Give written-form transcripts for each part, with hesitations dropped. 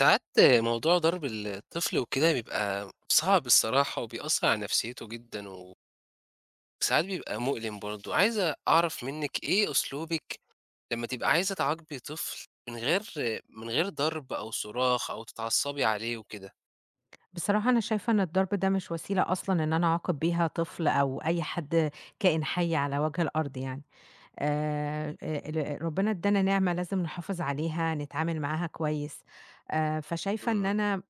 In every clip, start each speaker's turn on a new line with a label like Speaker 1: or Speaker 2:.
Speaker 1: ساعات موضوع ضرب الطفل وكده بيبقى صعب الصراحة وبيأثّر على نفسيته جدًا، وساعات بيبقى مؤلم برضه. عايز أعرف منِّك إيه أسلوبِك لمّا تبقى عايزة تعاقبي طفل من غير ضرب أو صراخ أو تتعصبي عليه وكده؟
Speaker 2: بصراحة أنا شايفة إن الضرب ده مش وسيلة أصلًا إن أنا أعاقب بيها طفل أو أي حد كائن حي على وجه الأرض يعني، ربنا ادّانا نعمة لازم نحافظ عليها، نتعامل معاها كويس، فشايفة إن
Speaker 1: إمم.
Speaker 2: أنا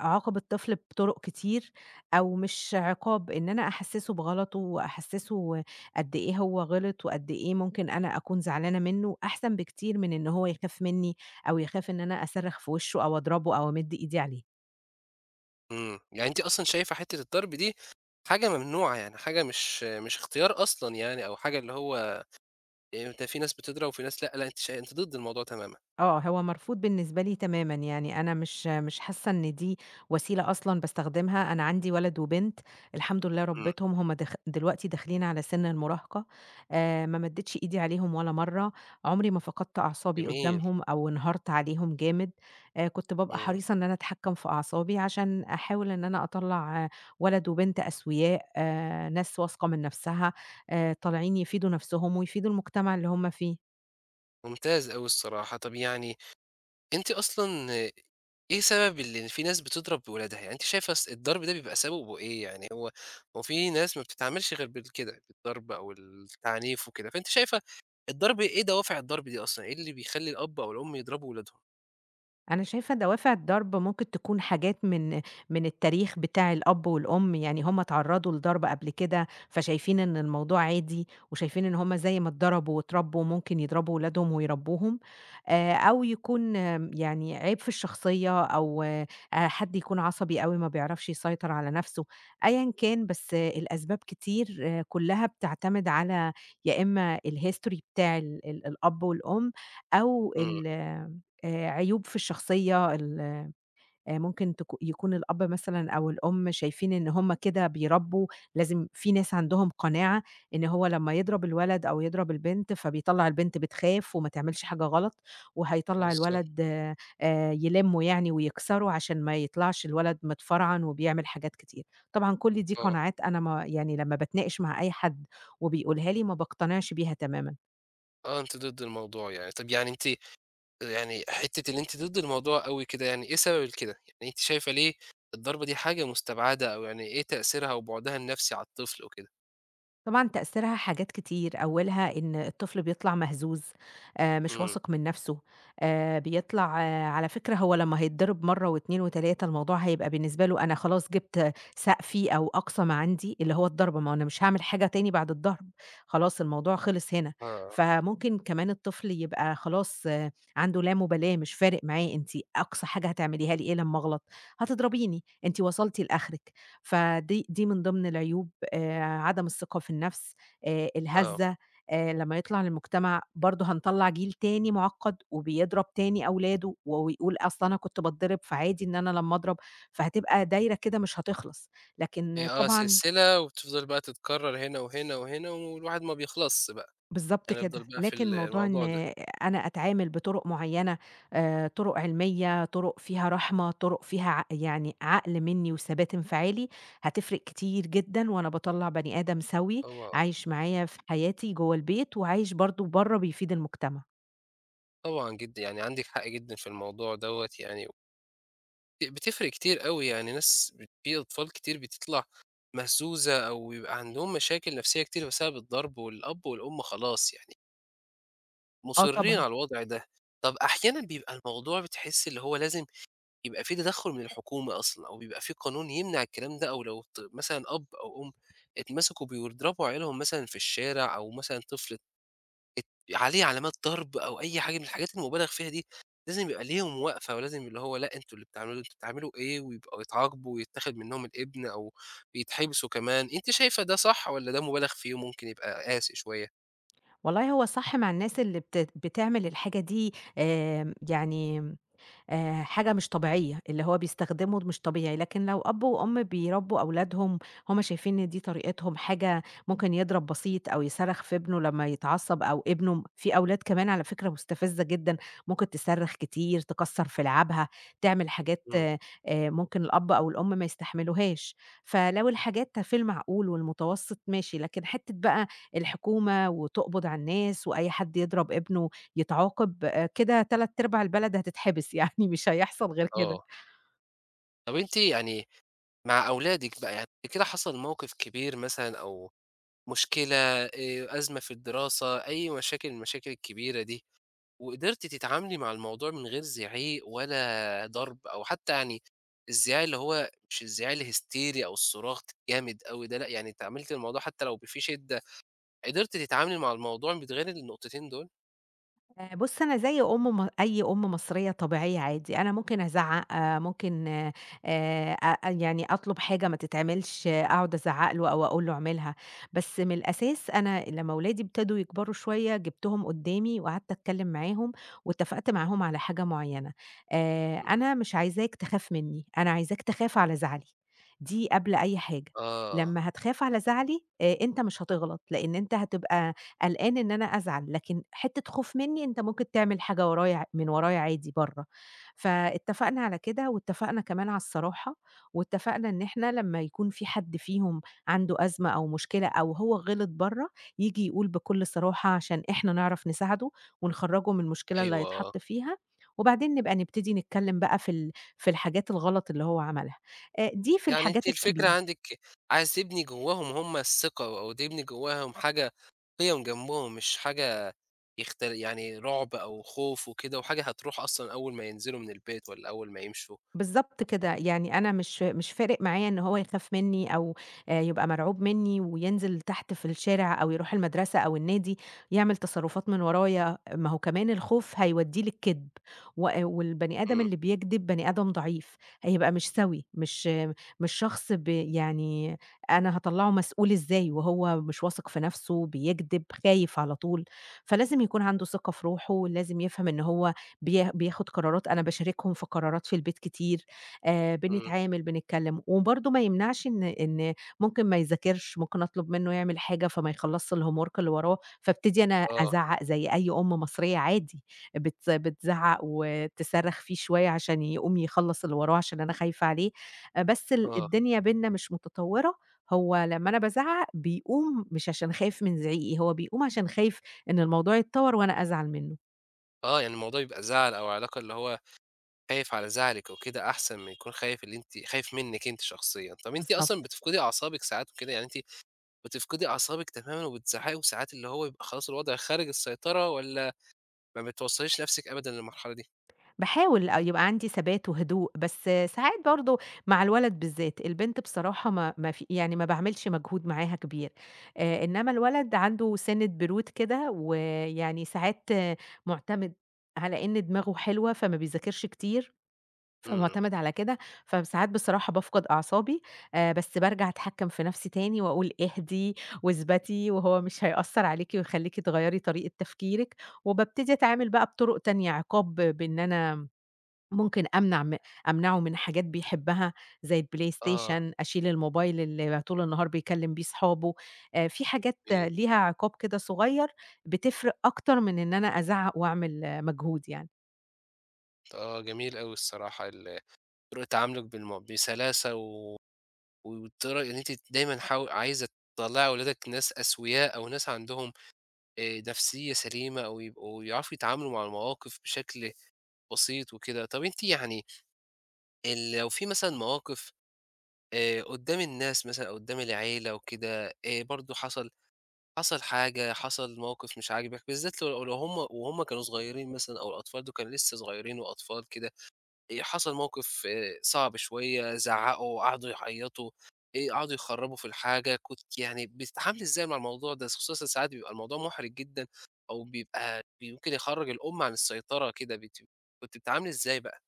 Speaker 2: أعاقب الطفل بطرق كتير أو مش عقاب، إن أنا أحسّسه بغلطه وأحسّسه قد إيه هو غلط وقد إيه ممكن أنا أكون زعلانة منّه، أحسن بكتير من إن هو يخاف منّي أو يخاف إن أنا أصرّخ في وشه أو أضربه أو أمِد إيدي عليه.
Speaker 1: إمم. يعني أنتِ أصلًا شايفة حتّة الضرب دي حاجة ممنوعة، يعني حاجة مش اختيار أصلًا يعني أو حاجة اللي هو ده في ناس بتضرب وفي ناس لأ، لأ، أنتِ ضد الموضوع تمامًا.
Speaker 2: آه، هو مرفوض بالنسبة لي تمامًا، يعني أنا مش حاسة إن دي وسيلة أصلًا باستخدمها، أنا عندي ولد وبنت الحمد لله
Speaker 1: إمم.
Speaker 2: ربيتهم، هُم دلوقتي داخلين على سِن المراهقة، ما مدّيتش إيدي عليهم ولا مرّة، عمري ما فقدت أعصابي
Speaker 1: جميل.
Speaker 2: قدّامهم أو انهارت عليهم جامد، كنت بابقى
Speaker 1: إمم.
Speaker 2: حريصة إن أنا أتحكم في أعصابي عشان أحاول إن أنا أطلّع ولد وبنت أسوياء، ناس واثقة من نفسها، طالعين يفيدوا نفسهم ويفيدوا المجتمع اللي هُم فيه.
Speaker 1: ممتاز أوي الصراحة. طَب يعني أنتِ أصلًا إيه سبب اللي في ناس بتضرب ولادها؟ يعني أنتِ شايفة الضرب ده بيبقى سببه إيه؟ يعني هو في ناس ما بتتعاملش غير بالكده، بالضرب أو التعنيف وكده، فأنتِ شايفة الضرب إيه دوافع الضرب دي أصلًا؟ إيه اللي بيخلّي الأب أو الأم يضربوا ولادهم؟
Speaker 2: أنا شايفة دوافع الضرب ممكن تكون حاجات من التاريخ بتاع الأب والأم، يعني هم اتعرّضوا لضرب قبل كده، فشايفين إن الموضوع عادي، وشايفين إن هم زي ما اتضربوا واتربوا ممكن يضربوا ولادهم ويربوهم، أو يكون يعني عيب في الشخصية أو حد يكون عصبي أوي ما بيعرفش يسيطر على نفسه، أيًا كان بس الأسباب كتير كلها بتعتمد على يا إما الhistory بتاع ال ال الأب والأم أو
Speaker 1: إمم.
Speaker 2: ال عيوب في الشخصية ال ممكن يكون الأب مثلًا أو الأم شايفين إن هم كده بيربّوا، لازم في ناس عندهم قناعة إن هو لمّا يضرب الولد أو يضرب البنت، فبيطلّع البنت بتخاف وما تعملش حاجة غلط، وهيطلّع
Speaker 1: بالضبط.
Speaker 2: الولد يلِمّه يعني ويكسره عشان ما يطلعش الولد متفرعن وبيعمل حاجات كتير. طبعًا كل دي
Speaker 1: آه.
Speaker 2: قناعات أنا ما يعني لمّا باتناقش مع أي حد وبيقولها لي ما باقتنعش بيها تمامًا.
Speaker 1: آه، أنتِ ضد الموضوع يعني. طب يعني أنتِ يعني حتّة اللي أنتِ ضد الموضوع أوي كده، يعني إيه سبب الكده؟ يعني أنتِ شايفة ليه الضربة دي حاجة مستبعدة أو يعني إيه تأثيرها وبُعدها النفسي على الطفل وكده؟
Speaker 2: طبعًا تأثيرها حاجات كتير، أولها إن الطفل بيطلع مهزوز، مش
Speaker 1: إمم.
Speaker 2: واثق من نَفْسه، بيطلع على فكرة هو لمّا هيتضرب مرّة و2 و3 الموضوع هيبقى بالنسبة له أنا خلاص جِبت سقفي أو أقصى ما عندي، اللي هو الضرب، ما هو أنا مش هاعمل حاجة تاني بعد الضرب، خلاص الموضوع خلص هنا.
Speaker 1: آه.
Speaker 2: فممكن كمان الطفل يبقى خلاص عنده لا مُبالاة، مش فارق معاه أنتِ أقصى حاجة هتعمليها لي إيه لمّا أغلط؟ هتضربيني، أنتِ وصلتِ لآخرِك. فدي من ضمن العيوب عدم الثقة في النفس،
Speaker 1: آه.
Speaker 2: الهزة، لمّا يطلع للمجتمع برضه هنطلّع جيل تاني معقّد وبيضرب تاني أولاده ويقول أصل أنا كنت باتضرب فعادي إن أنا لمّا أضرب، فهتبقى دايرة كده مش هتخلص، لكن
Speaker 1: هي آه،
Speaker 2: طبعًا
Speaker 1: سلسلة وبتفضل بقى تتكرر هنا وهنا وهنا، والواحد ما بيخلصش بقى،
Speaker 2: بالضبط
Speaker 1: هنفضل
Speaker 2: كده،
Speaker 1: بقى في
Speaker 2: لكن
Speaker 1: ال
Speaker 2: موضوع إن
Speaker 1: الموضوع ده.
Speaker 2: أنا أتعامل بطُرُق معيّنة طُرُق علمية، طُرُق فيها رحمة، طُرُق فيها يعني عقل منّي وثبات انفعالي، هتفرق كتير جدًا، وأنا باطلّع بني آدم سَوِي
Speaker 1: طبعًا.
Speaker 2: عايش معايا في حياتي جوّه البيت، وعايش برضه برّه بيفيد المجتمع.
Speaker 1: طبعًا جدًا، يعني عندِك حق جدًا في الموضوع دوّة يعني، بتفرق كتير أوي، يعني ناس في أطفال كتير بتطلع مهزوزة أو بيبقى عندهم مشاكل نفسية كتير بسبب الضرب، والأب والأم خلاص يعني
Speaker 2: آه
Speaker 1: مُصرّين
Speaker 2: طبعًا،
Speaker 1: على الوضع ده. طَب أحيانًا بيبقى الموضوع بتحسّي اللي هو لازم يبقى في تدخُّل من الحكومة أصلًا أو بيبقى في قانون يمنع الكلام ده، أو لو مثلًا أب أو أم اتمسكوا بيضربوا عيالهم مثلًا في الشارع، أو مثلًا طفل عليه علامات ضرب أو أي حاجة من الحاجات المُبالغ فيها دي، لازم يبقى ليهم وقفة، ولازم اللي هو لأ، أنتم اللي بتعملوه أنتم بتعملوا إيه؟ ويبقوا يتعاقبوا ويتاخد منّهم الابن أو يتحبسوا كمان. أنتِ شايفة ده صح والّا ده مُبالغ فيه وممكن يبقى قاسي شوية؟
Speaker 2: والله هو صح مع الناس اللي بتعمل الحاجة دي يعني حاجة مش طبيعية، اللي هو بيستخدمه مش طبيعي، لكن لو أب وأم بيربّوا أولادهم هُم شايفين إن دي طريقتهم، حاجة ممكن يضرب بسيط أو يصرّخ في ابنه لمّا يتعصّب أو ابنه في أولاد كمان على فكرة مستفزة جدًا، ممكن تصرّخ كتير، تكسّر في لعابها، تعمل حاجات
Speaker 1: إمم.
Speaker 2: ممكن الأب أو الأم ما يستحملوهاش، فلو الحاجات في المعقول والمتوسط ماشي، لكن حتّة بقى الحكومة وتقبض على الناس وأي حد يضرب ابنه يتعاقب كده تلات أرباع البلد هتتحبس يعني مش هيحصل غير كده.
Speaker 1: آه. طب أنتِ يعني مع أولادِك بقى يعني كده حصل موقف كبير مثلًا أو مشكلة، آآ، أزمة في الدراسة، أي مشاكل من المشاكل الكبيرة دي، وقدرتِ تتعاملي مع الموضوع من غير زعيق ولا ضرب، أو حتى يعني الزعيق اللي هو مش الزعيق الهستيري أو الصراخ الجامد أوي ده، لأ، يعني تعاملتِ الموضوع حتى لو في شدة، قدرتِ تتعاملي مع الموضوع من غير النقطتين دول؟
Speaker 2: بُص، أنا زي أم م أي أم مصرية طبيعية عادي، أنا ممكن أزعّق، ممكن أ يعني أطلب حاجة ما تتعملش، أقعد أزعّق له أو أقول له اعملها، بس من الأساس أنا لمّا ولادي ابتدوا يكبروا شوية، جبتهم قدّامي وقعدت أتكلّم معاهم واتفقت معاهم على حاجة معيّنة،
Speaker 1: إمم.
Speaker 2: أنا مش عايزاك تخاف منّي، أنا عايزاك تخاف على زعلي، دي قبل أي حاجة،
Speaker 1: آه.
Speaker 2: لمّا هتخاف على زعلي أنت مش هتغلط، لإن أنت هتبقى قلقان إن أنا أزعل، لكن حتّة خوف منّي أنت ممكن تعمل حاجة ورايا من ورايا عادي برّه، فاتفقنا على كده واتفقنا كمان على الصراحة، واتفقنا إن إحنا لمّا يكون في حد فيهم عنده أزمة أو مشكلة أو هو غلط برّه، ييجي يقول بكل صراحة عشان إحنا نعرف نساعده ونخرّجه من المشكلة اللي
Speaker 1: أيوه.
Speaker 2: هيتحط فيها، وبعدين نبقى نبتدي نتكلّم بقى في الحاجات الغلط اللي هو عملها. دي في
Speaker 1: يعني أنتِ
Speaker 2: الحاجات
Speaker 1: الفكرة
Speaker 2: الكبيرة.
Speaker 1: عندِك عايزة تبني جواهم هم الثقة، أو تبني جواهم حاجة قِيَم جنبهم، مش حاجة يعني رعب أو خوف وكده، وحاجة هتروح أصلًا أول ما ينزلوا من البيت والّا أول ما يمشوا.
Speaker 2: بالضبط كده، يعني أنا مش فارق معايا إن هو يخاف منّي أو يبقى مرعوب منّي وينزل تحت في الشارع أو يروح المدرسة أو النادي يعمل تصرُّفات من ورايا، ما هو كمان الخوف هيودّيه للكدب، والبني آدم
Speaker 1: إمم.
Speaker 2: اللي بيكدب بني آدم ضعيف، هيبقى مش سَوِي، مش مش شخص ب يعني أنا هاطلّعه مسؤول إزاي وهو مش واثق في نَفْسه، بيكدب، خايف على طول، فلازم يكون عنده ثقة في روحه، لازم يفهم إن هو بياخد قرارات أنا باشاركهم في قرارات في البيت كتير،
Speaker 1: إمم.
Speaker 2: بنتعامل، بنتكلم، وبرضه ما يمنعش إن ممكن ما يذاكرش، ممكن أطلب منه يعمل حاجة فما يخلصش الhomework اللي وراه، فابتدي أنا
Speaker 1: آه.
Speaker 2: أزعّق زي أي أم مصرية عادي، بتزعّق وتصرّخ فيه شوية عشان يقوم يخلّص اللي وراه عشان أنا خايفة عليه، بس
Speaker 1: آه.
Speaker 2: الدنيا بيننا مش متطورة، هو لمّا أنا بازعّق بيقوم مش عشان خايف من زعيقي، هو بيقوم عشان خايف إن الموضوع يتطور وأنا أزعل منه.
Speaker 1: آه، يعني الموضوع يبقى زعل أو علاقة اللي هو خايف على زعلِك وكده، أحسن ما يكون خايف اللي أنتِ خايف منِّك أنتِ شخصيًا. طَب أنتِ أصلًا
Speaker 2: بالضبط.
Speaker 1: بتفقدي أعصابِك ساعات وكده، يعني أنتِ بتفقدي أعصابِك تمامًا وبتزعقي وساعات اللي هو يبقى خلاص الوضع خارج السيطرة، والّا ما بتوصّليش نَفْسِك أبدًا للمرحلة دي؟
Speaker 2: باحاول يبقى عندي ثبات وهدوء، بس ساعات برضه مع الولد بالذات، البنت بصراحة ما ما في يعني ما باعملش مجهود معاها كبير، إنما الولد عنده سِنّة برود كده، ويعني ساعات مُعتمد على إن دماغه حلوة، فما بيذاكرش كتير،
Speaker 1: إمم.
Speaker 2: فمُعتمد على كده، فساعات بصراحة بافقد أعصابي، بس بارجع أتحكم في نفسي تاني وأقول اهدي واثبتي، وهو مش هيأثّر عليكِ ويخلّيكِ تغيّري طريقة تفكيرِك، وبابتدي أتعامل بقى بطرق تانية عقاب بإن أنا ممكن أمنعه من حاجات بيحبها زي
Speaker 1: آه.
Speaker 2: الPlayStation، أشيل الموبايل اللي طول النهار بيكلّم بيه صحابه، في حاجات
Speaker 1: ي
Speaker 2: ليها عقاب كده صغير بتفرق أكتر من إن أنا أزعّق وأعمل مجهود يعني.
Speaker 1: آه، جميل أوي الصراحة طريقة تعاملُك بسلاسة و والطرق إن أنتِ دايمًا عايزة تطلّعي ولادك ناس أسوياء أو ناس عندهم نفسية سليمة أو يبقوا يعرفوا يتعاملوا مع المواقف بشكل بسيط وكده. طب أنتِ يعني ال لو في مثلًا مواقف قُدّام الناس مثلًا أو قُدّام العيلة وكده، برضه حصل حاجة، حصل موقف مش عاجبك، بالذات لو هم كانوا صغيرين مثلًا أو الأطفال دول كانوا لسه صغيرين وأطفال كده، حصل موقف صعب شوية، زعّقوا، قعدوا يعيّطوا، قعدوا يخرّبوا في الحاجة، كنتِ يعني بتتعاملي إزاي مع الموضوع ده؟ خصوصًا ساعات بيبقى الموضوع مُحرِج جدًا أو بيبقى ممكن يخرّج الأم عن السيطرة كده. كنتِ بتتعاملي إزاي بقى؟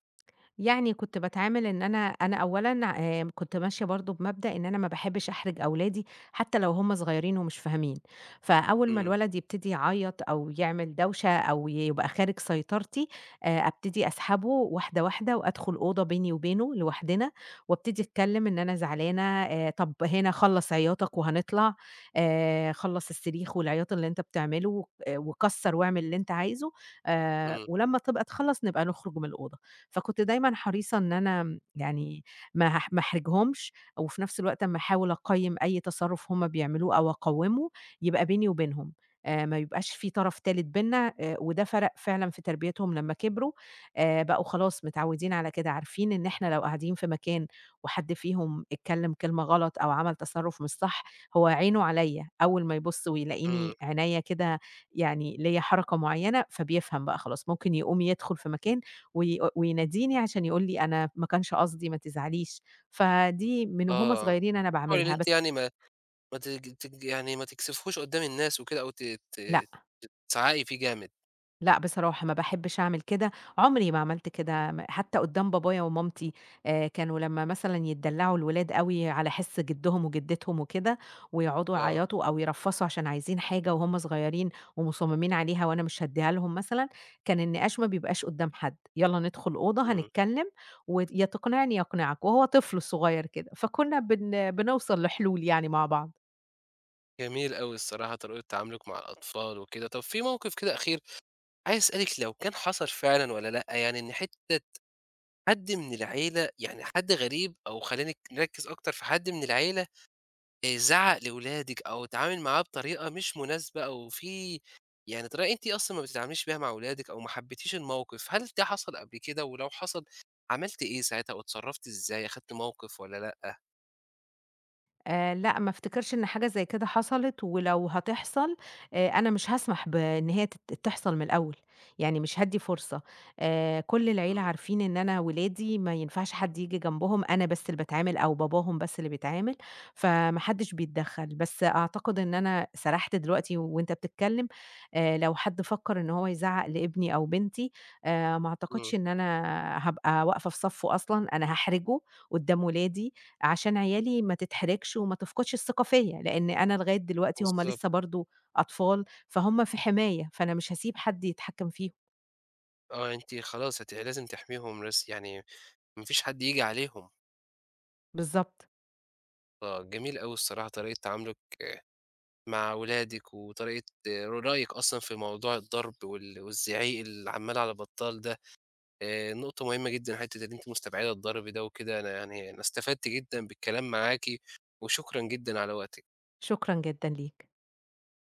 Speaker 2: يعني كنت باتعامل إن أنا أولًا كنت ماشية برضه بمبدأ إن أنا ما باحبش أحرج أولادي، حتى لو هُم صغيرين ومش فاهمين، فأول ما
Speaker 1: إمم.
Speaker 2: الولد يبتدي يعيط أو يعمل دوشة أو يبقى خارج سيطرتي، أبتدي أسحبه واحدة، واحدة وأدخل أوضة بيني وبينه لوحدنا، وأبتدي أتكلم إن أنا زعلانة، طب هنا خلّص عياطك وهنطلع، خلّص الصريخ والعياط اللي أنت بتعمله، وكسّر واعمل اللي أنت عايزه،
Speaker 1: إمم.
Speaker 2: ولمّا تبقى تخلّص نبقى نخرج من الأوضة. فكنت دايمًا حريصة إن أنا يعني ما احرجهمش، وفي نفس الوقت أمّا أحاول أقيّم أي تصرُّف هُم بيعملوه أو أقوّمه، يبقى بيني وبينهم، ما يبقاش في طرف تالت بيننا، وده فرق فعلًا في تربيتهم لمّا كبروا، بقوا خلاص متعوّدين على كده، عارفين إن إحنا لو قاعدين في مكان وحد فيهم اتكلّم كلمة غلط أو عمل تصرُّف مش صح، هو عينه عليّا، أول ما يبُص
Speaker 1: إمم.
Speaker 2: ويلاقيني عينيّا كده يعني ليّا حركة معيّنة، فبيفهم بقى خلاص، ممكن يقوم يدخُل في مكان ويناديني عشان يقول لي أنا ما كانش قصدي ما تزعليش، فدي من وهُم
Speaker 1: آه،
Speaker 2: صغيرين أنا
Speaker 1: حاولي إن
Speaker 2: باعملها،
Speaker 1: أنتِ
Speaker 2: بس
Speaker 1: يعني ما ما تج تج يعني ما تكسفيهوش قدّام الناس وكده، أو ت ت تزعّقي فيه جامد.
Speaker 2: لأ، بصراحة ما باحبش أعمل كده، عمري ما عملت كده حتى قدّام بابايا ومامتي كانوا لمّا مثلًا يتدلّعوا الولاد أوي على حِس جدّهم وجدّتهم وكده، ويقعدوا
Speaker 1: آه.
Speaker 2: يعيطوا أو يرفّصوا عشان عايزين حاجة وهُم صغيرين ومصممين عليها وأنا مش هادّيها لهم مثلًا، كان النقاش ما بيبقاش قدّام حد، يالّا ندخل أوضة
Speaker 1: إمم.
Speaker 2: هنتكلّم يا تقنعني يقنعك، وهو طفل صغير كده، فكُنّا بنوصل لحلول يعني مع بعض.
Speaker 1: جميل أوي الصراحة طريقة تعاملُك مع الأطفال وكده. طَب في موقف كده أخير عايز أسألِك لو كان حصل فعلًا والّا لأ، يعني إن حتّة حد من العيلة، يعني حد غريب، أو خلّينا نركّز أكتر في حد من العيلة، زعّق لولادِك أو اتعامل معاه بطريقة مش مناسبة، أو في يعني طريقة أنتِ أصلًا ما بتتعامليش بيها مع ولادِك أو ما حبّيتيش الموقف، هل ده حصل قبل كده؟ ولو حصل، عملتِ إيه ساعتها أو اتصرّفتِ إزاي، أخدتِ موقف والّا لأ؟
Speaker 2: لأ، ما افتكرش إن حاجة زي كده حصلت، ولو هتحصل أنا مش هاسمح بإن هي تحصل من الأول، يعني مش هادّي فرصة. كل العيلة
Speaker 1: إمم.
Speaker 2: عارفين إن أنا ولادي ما ينفعش حد ييجي جنبهم، أنا بس اللي باتعامل أو باباهم بس اللي بيتعامل، فما حدش بيتدخّل. بس أعتقد إن أنا سَرحت دلوقتي وأنت بتتكلّم، لو حد فكّر إن هو يزعّق لابني أو بنتي، ما
Speaker 1: إمم.
Speaker 2: أعتقدش إن أنا هابقى واقفة في صفّه أصلًا، أنا هاحرجه قدّام ولادي عشان عيالي ما تتحرجش وما تفقدش الثقة فيّا، لإن أنا لغاية دلوقتي هُم
Speaker 1: بالضبط.
Speaker 2: لسه برضه أطفال، فهُم في حماية، فأنا مش هاسيب حد يتحكم فيهم.
Speaker 1: آه، أنتِ خلاص هتبقي لازم تحميهم، بس يعني ما فيش حد ييجي عليهم.
Speaker 2: بالضبط،
Speaker 1: آه، جميل أوي الصراحة طريقة تعاملِك مع ولادِك وطريقة رأيِك أصلًا في موضوع الضرب وال والزعيق اللي عمّال على بطّال ده، نقطة مهمة جدًا حتّة إن أنتِ مستبعدة الضرب ده وكده. أنا يعني أنا استفدت جدًا بالكلام معاكِ، وشكرًا جدًا على وقتِك.
Speaker 2: شكرًا جدًا ليك.